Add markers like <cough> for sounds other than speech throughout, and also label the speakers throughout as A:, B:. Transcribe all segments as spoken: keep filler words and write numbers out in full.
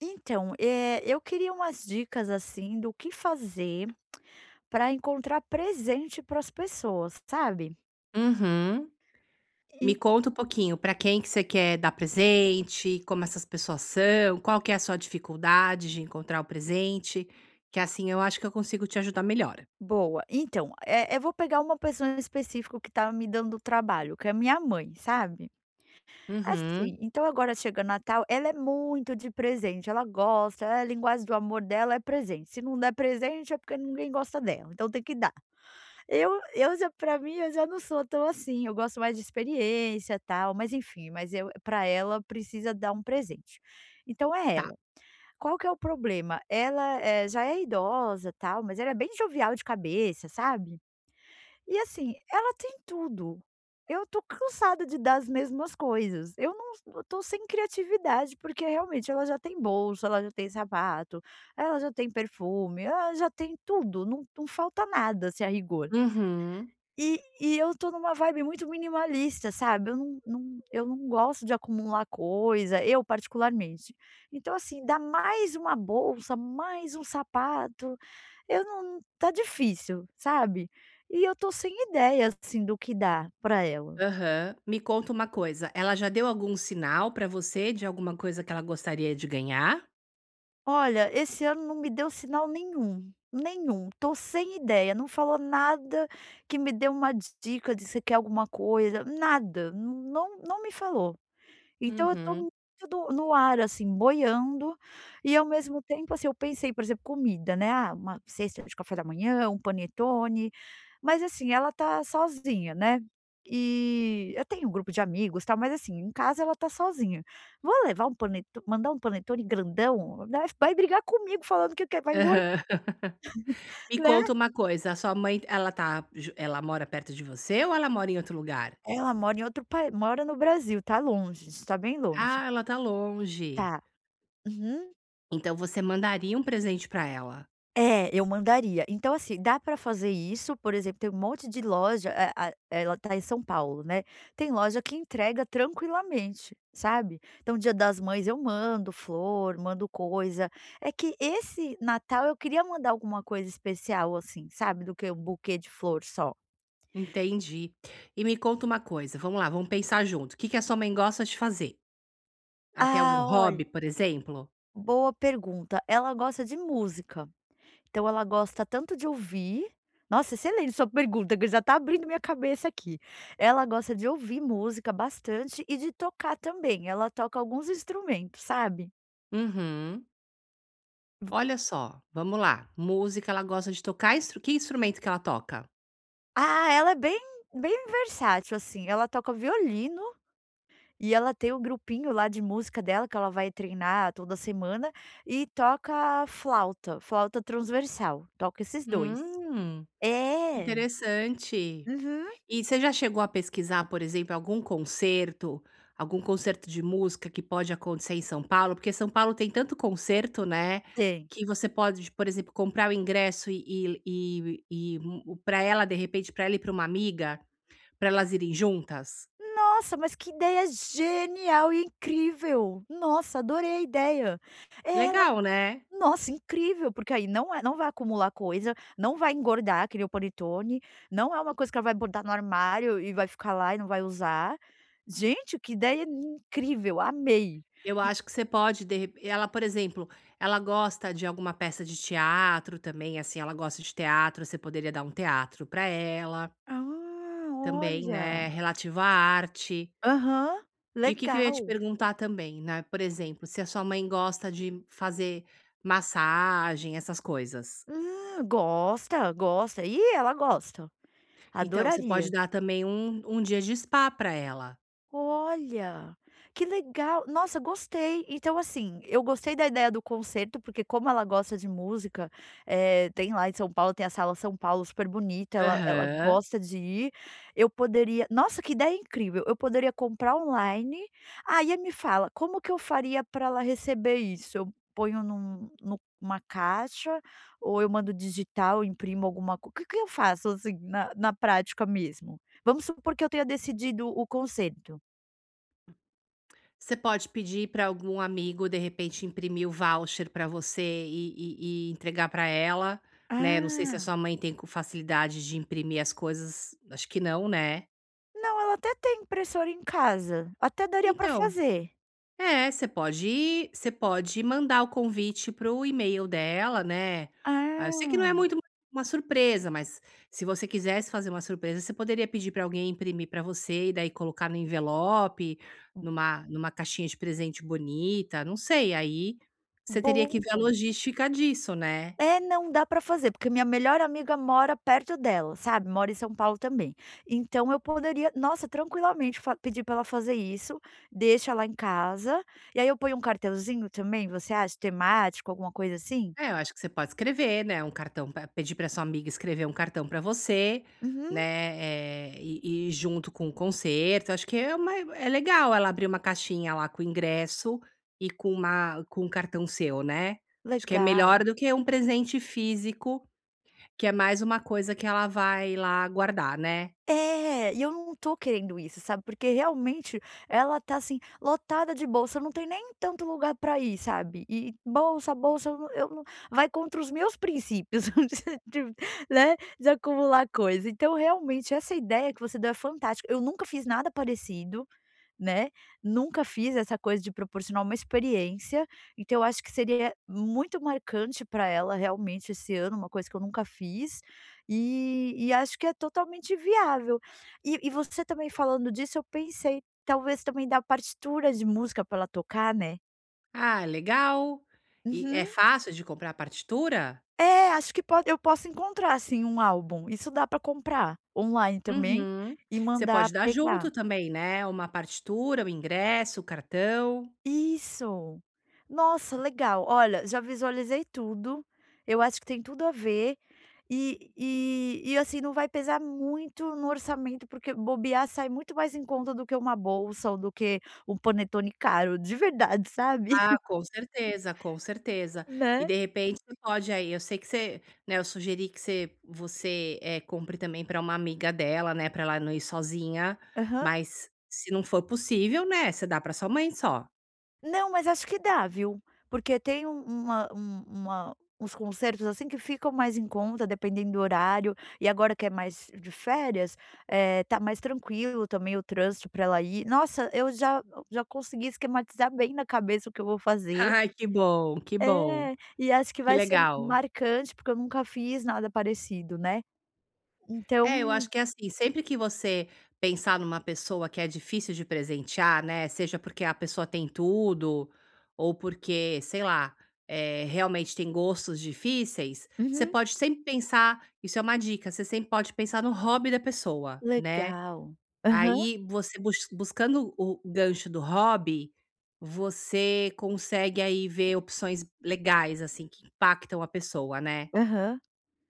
A: Então, eh, eu queria umas dicas, assim, do que fazer para encontrar presente para as pessoas, sabe?
B: Uhum. Me
A: En
B: conta um pouquinho, para quem que você quer dar presente, como essas pessoas são, qual que é a sua dificuldade de encontrar o presente, que assim eu acho que eu consigo te ajudar melhor.
A: boa. Então, eh, Eu vou pegar uma pessoa em específico que tá me dando trabalho, que é minha mãe, sabe?
B: Uhum.
A: Assim, então agora chega Natal, ela é muito de presente, ela gosta, a linguagem do amor dela é presente. Se não der presente é porque ninguém gosta dela, então tem que dar. Eu eu já pra mim, eu já não sou tão assim, eu gosto mais de experiência, tal, mas enfim, mas eu para ela precisa dar um presente. Então é
B: Tá.
A: ela. Qual que é o problema? Ela, eh, já é idosa, tal, mas ela é bem jovial de cabeça, sabe. E assim, ela tem tudo. Eu tô cansada de dar as mesmas coisas. Eu não eu tô sem criatividade, porque realmente ela já tem bolsa, ela já tem sapato, ela já tem perfume, ela já tem tudo, não não falta nada, se a rigor.
B: Uhum.
A: E e eu tô numa vibe muito minimalista, sabe, eu não não eu não gosto de acumular coisa, eu particularmente. Então assim, dá mais uma bolsa, mais um sapato, eu não, tá difícil, sabe. E eu tô sem ideia, assim, do que dar pra ela.
B: Aham. Me conta uma coisa, ela já deu algum sinal pra você de alguma coisa que ela gostaria de ganhar?
A: Olha, esse ano não me deu sinal nenhum, nenhum, tô sem ideia, não falou nada que me deu uma dica de se quer alguma coisa, nada, não não me falou. Então eu tô
B: Uhum.
A: muito do no ar, assim, boiando, e ao mesmo tempo, assim, eu pensei, por exemplo, comida, né, ah, uma cesta de café da manhã, um panetone, mas assim, ela tá sozinha, né, e eu tenho um grupo de amigos, tal, mas assim, em casa ela tá sozinha. Vou levar um paneto mandar um panetone grandão, né, vai brigar comigo falando que quer, vai engordar,
B: Aham. Me
A: né.
B: conta uma coisa, a sua mãe, ela tá ju ela mora perto de você ou ela mora em outro lugar?
A: Ela mora em outro país mora no Brasil, tá longe, está bem longe.
B: Ah, ela tá longe.
A: Tá. Uhum.
B: Então você mandaria um presente pra ela.
A: É, eu mandaria. Então, assim, dá para fazer isso, por exemplo, tem um monte de loja, eh, a ela tá em São Paulo, né, tem loja que entrega tranquilamente, sabe. Então, dia das mães eu mando flor, mando coisa. É que esse Natal eu queria mandar alguma coisa especial, assim, sabe, do que um buquê de flor só.
B: Entendi. E me conta uma coisa, vamos lá, vamos pensar junto. O que que a sua mãe gosta de fazer? Ela tem algum
A: Ah, olha,
B: hobby, por exemplo?
A: boa pergunta. Ela gosta de música. Então ela gosta tanto de ouvir Nossa, excelente sua pergunta, que já tá abrindo minha cabeça aqui. Ela gosta de ouvir música bastante e de tocar também, ela toca alguns instrumentos, sabe.
B: Uhum.
A: V
B: Olha só, vamos lá. Música, ela gosta de tocar? Instru- Que instrumento que ela toca?
A: ah, Ela é bem bem versátil, assim, ela toca violino e ela tem o grupinho lá de música dela, que ela vai treinar toda semana, e toca flauta, flauta transversal, toca esses dois.
B: Hum,
A: É.
B: interessante.
A: Uhum,
B: E você já chegou a pesquisar, por exemplo, algum concerto, algum concerto de música que pode acontecer em São Paulo? Porque São Paulo tem tanto concerto, né,
A: tem.
B: que você pode, por exemplo, comprar o ingresso e e e para ela, de repente, para ela e pra uma amiga, para elas irem juntas.
A: Nossa, mas que ideia genial e incrível! Nossa, adorei a ideia.
B: Legal, né?
A: Nossa, incrível, porque aí não é não vai acumular coisa, não vai engordar, que nem o panetone, não é uma coisa que ela vai botar no armário e vai ficar lá e não vai usar. Gente, que ideia incrível, amei.
B: Eu acho que você pode de repe ela, por exemplo, ela gosta de alguma peça de teatro também, assim, ela gosta de teatro, você poderia dar um teatro para ela
A: Ah,
B: também,
A: olha.
B: né, relativo à arte.
A: Aham,
B: E o que que eu ia te
A: legal.
B: perguntar também, né, por exemplo, se a sua mãe gosta de fazer massagem, essas coisas.
A: Hum, gosta, gosta. Ih, ela gosta.
B: Então, você pode
A: Adoraria.
B: dar também um um dia de spa para ela.
A: Olha, que legal! Nossa, gostei. Então, assim, eu gostei da ideia do concerto, porque como ela gosta de música, eh, tem lá em São Paulo, tem a Sala São Paulo super bonita, ela ela
B: Aham.
A: gosta de ir. Eu poderia Nossa, que ideia incrível! Eu poderia comprar online. Aí e me fala, como que eu faria para ela receber isso? Eu ponho num numa caixa ou eu mando digital, imprimo alguma co que que eu faço, assim, na na prática mesmo? Vamos supor que eu tenha decidido o concerto.
B: Você pode pedir para algum amigo, de repente, imprimir o voucher para você e e e entregar para ela, né, não sei se a
A: Ah,
B: sua mãe tem co facilidade de imprimir as coisas, acho que não, né?
A: não, ela até tem impressora em casa, até daria pra
B: Então
A: fazer.
B: é, você pode você pode mandar o convite para o e-mail dela, né. Ah, eu sei que não é
A: Ah,
B: muito uma surpresa, mas se você quisesse fazer uma surpresa, você poderia pedir para alguém imprimir para você e daí colocar no envelope, numa numa caixinha de presente bonita, não sei, aí você teria que
A: bom.
B: ver a logística disso, né.
A: É, não, dá pra fazer, porque minha melhor amiga mora perto dela, sabe, mora em São Paulo também. Então eu poderia, nossa, tranquilamente fa pedir pra ela fazer isso, deixa lá em casa, e aí eu ponho um cartelzinho também, você acha, temático, alguma coisa assim?
B: É, eu acho que você pode escrever, né, um cartão pra pedir para sua amiga escrever um cartão para você,
A: Uhum,
B: né, eh, e e junto com o concerto, acho que é uma é legal ela abrir uma caixinha lá com o ingresso e com uma com um cartão seu, né. Acho que é
A: legal.
B: melhor do que um presente físico, que é mais uma coisa que ela vai lá guardar, né.
A: É, e eu não tô querendo isso, sabe, porque realmente ela tá, assim, lotada de bolsa, não tem nem tanto lugar pra ir, sabe, e bolsa, bolsa, eu não eu não vai contra os meus princípios, <laughs> de de- né, de acumular coisa. Então realmente essa ideia que você deu é fantástica, eu nunca fiz nada parecido, né, nunca fiz essa coisa de proporcionar uma experiência, então eu acho que seria muito marcante para ela realmente esse ano, uma coisa que eu nunca fiz, e e acho que é totalmente viável. E e você também falando disso, eu pensei, talvez também dar partitura de música para ela tocar, né.
B: "Ah, é legal. E é
A: Uhum.
B: fácil de comprar a partitura?"
A: É, acho que pode eu posso encontrar assim um álbum, isso dá para comprar online também
B: Uhum.
A: e
B: Você pode
A: mandar
B: dar
A: pegar.
B: junto também, né, uma partitura, o ingresso, o cartão.
A: Isso. Nossa, legal. Olha, já visualizei tudo. Eu acho que tem tudo a ver. E e e, assim, não vai pesar muito no orçamento, porque bobear sai muito mais em conta do que uma bolsa ou do que um panetone caro, de verdade, sabe?
B: Ah,
A: <laughs>
B: com certeza, com certeza. E
A: Né?
B: de repente você pode aí eu sei que você né, eu sugeri que você você, eh, compre também para uma amiga dela, né, para ela não ir sozinha,
A: Aham.
B: mas se não for possível, né, você dá para sua mãe só.
A: Não, mas acho que dá, viu. Porque tem um uma um uma uns concertos, assim, que ficam mais em conta, dependendo do horário. E agora que é mais de férias, eh, tá mais tranquilo também o trânsito para ela ir. Nossa, eu já já consegui esquematizar bem na cabeça o que eu vou
B: <laughs>
A: fazer.
B: Ai, que bom, que bom,
A: É, e acho que
B: que
A: vai ser
B: legal.
A: marcante, porque eu nunca fiz nada parecido, né.
B: É, eu
A: Então
B: acho que é assim, sempre que você pensar numa pessoa que é difícil de presentear, né, seja porque a pessoa tem tudo, ou porque, sei lá, eh, realmente tem gostos difíceis, você
A: uhum,
B: pode sempre pensar, isso é uma dica, você sempre pode pensar no hobby da pessoa, né.
A: legal. Aham,
B: Aí você bus buscando o gancho do hobby, você consegue aí ver opções legais, assim, que impactam a pessoa, né.
A: aham.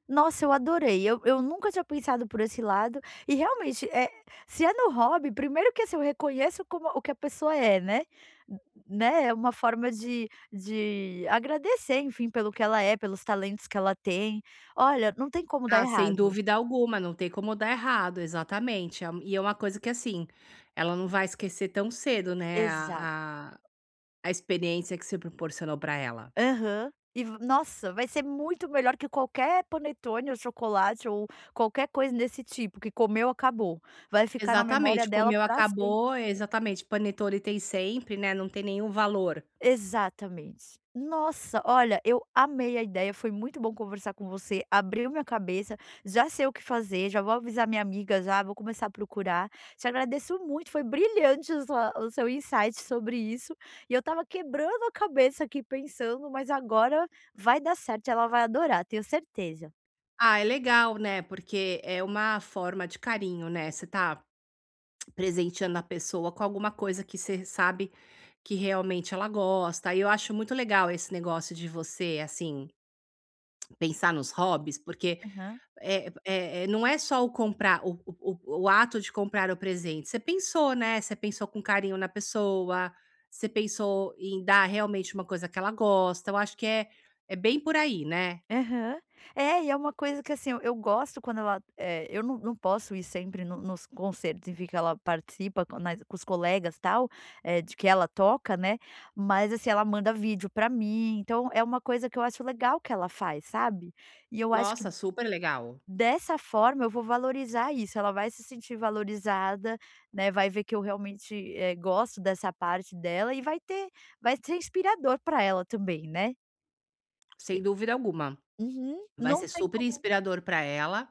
A: Nossa, eu adorei. Eu eu nunca tinha pensado por esse lado e realmente, é, se é no hobby, primeiro que, assim, eu reconheço como o que a pessoa é, né, N- né, é uma forma de de agradecer, enfim, pelo que ela é, pelos talentos que ela tem. Olha, não tem como dar
B: Ah, sem
A: errado.
B: dúvida alguma, não tem como dar errado, exatamente. É um e é uma coisa que, assim, ela não vai esquecer tão cedo, né,
A: Exato.
B: a a a experiência que se proporcionou para ela.
A: Aham. E v Nossa, vai ser muito melhor que qualquer panetone ou chocolate ou qualquer coisa desse tipo que comeu, acabou. Vai ficar na memória
B: Exatamente,
A: dela
B: comeu,
A: pra sempre.
B: acabou, exatamente, panetone tem sempre, né, não tem nenhum valor.
A: Exatamente. Nossa, olha, eu amei a ideia, foi muito bom conversar com você, abriu minha cabeça, já sei o que fazer, já vou avisar minha amiga já, vou começar a procurar. Te agradeço muito, foi brilhante a sua o seu insight sobre isso, e eu estava quebrando a cabeça aqui pensando, mas agora vai dar certo, ela vai adorar, tenho certeza.
B: Ah, é legal, né, porque é uma forma de carinho, né, você tá presenteando a pessoa com alguma coisa que você sabe que realmente ela gosta, e eu acho muito legal esse negócio de você, assim, pensar nos hobbies, porque,
A: Aham.
B: eh eh, eh, não é só o comprar o o o o ato de comprar o presente, você pensou, né, você pensou com carinho na pessoa, você pensou em dar realmente uma coisa que ela gosta, eu acho que é é bem por aí, né.
A: Aham. É, e é uma coisa que, assim, eu eu gosto quando ela é, eu não não posso ir sempre no nos concertos e ver que ela participa com nas com os colegas, tal, é de que ela toca, né, mas, assim, ela manda vídeo pra mim, então é uma coisa que eu acho legal que ela faz, sabe. E eu acho que
B: Nossa, super legal,
A: dessa forma eu vou valorizar isso, ela vai se sentir valorizada, né, vai ver que eu realmente, eh, gosto dessa parte dela e vai ter vai ser inspirador pra ela também, né.
B: sem dúvida alguma.
A: Uhum.
B: Vai
A: Não
B: ser
A: tem
B: super
A: como
B: inspirador para ela,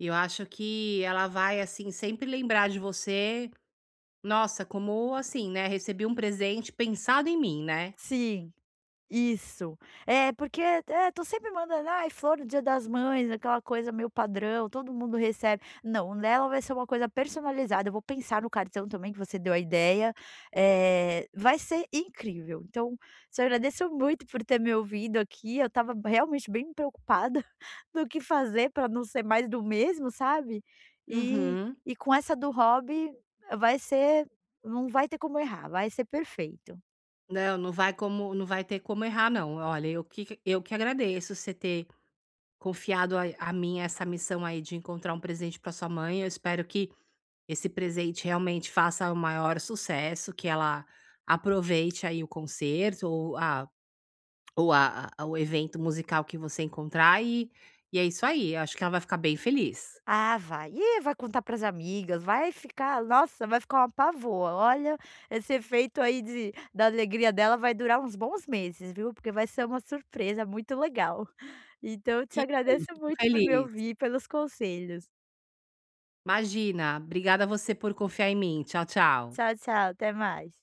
B: e eu acho que ela vai, assim, sempre lembrar de você, nossa, como assim, né, recebi um presente pensado em mim, né.
A: Sim. Isso. É, porque, eh, tô sempre mandando: "Ai, flor do Dia das Mães", aquela coisa meio padrão, todo mundo recebe. Não, o dela vai ser uma coisa personalizada, eu vou pensar no cartão também que você deu a ideia, eh, vai ser incrível. Então, te agradeço muito por ter me ouvido aqui, eu estava realmente bem preocupada <laughs> do que fazer para não ser mais do mesmo, sabe. E
B: Uhum.
A: e com essa do hobby vai ser não vai ter como errar, vai ser perfeito.
B: Não, não vai como não vai ter como errar não. Olha, eu que eu que agradeço você ter confiado a a mim essa missão aí de encontrar um presente para sua mãe. Eu espero que esse presente realmente faça o maior sucesso, que ela aproveite aí o concerto ou a ou a a o evento musical que você encontrar e e é isso aí. Eu acho que ela vai ficar bem feliz.
A: Ah, vai. E vai contar para as amigas, vai ficar nossa, vai ficar uma pavoa. Olha, esse efeito aí de da alegria dela vai durar uns bons meses, viu, porque vai ser uma surpresa muito legal. Então eu te
B: Que bom,
A: agradeço
B: fico
A: muito por me
B: feliz.
A: ouvir, pelos conselhos.
B: Imagina, obrigada a você por confiar em mim. Tchau, tchau.
A: Tchau, tchau, até mais.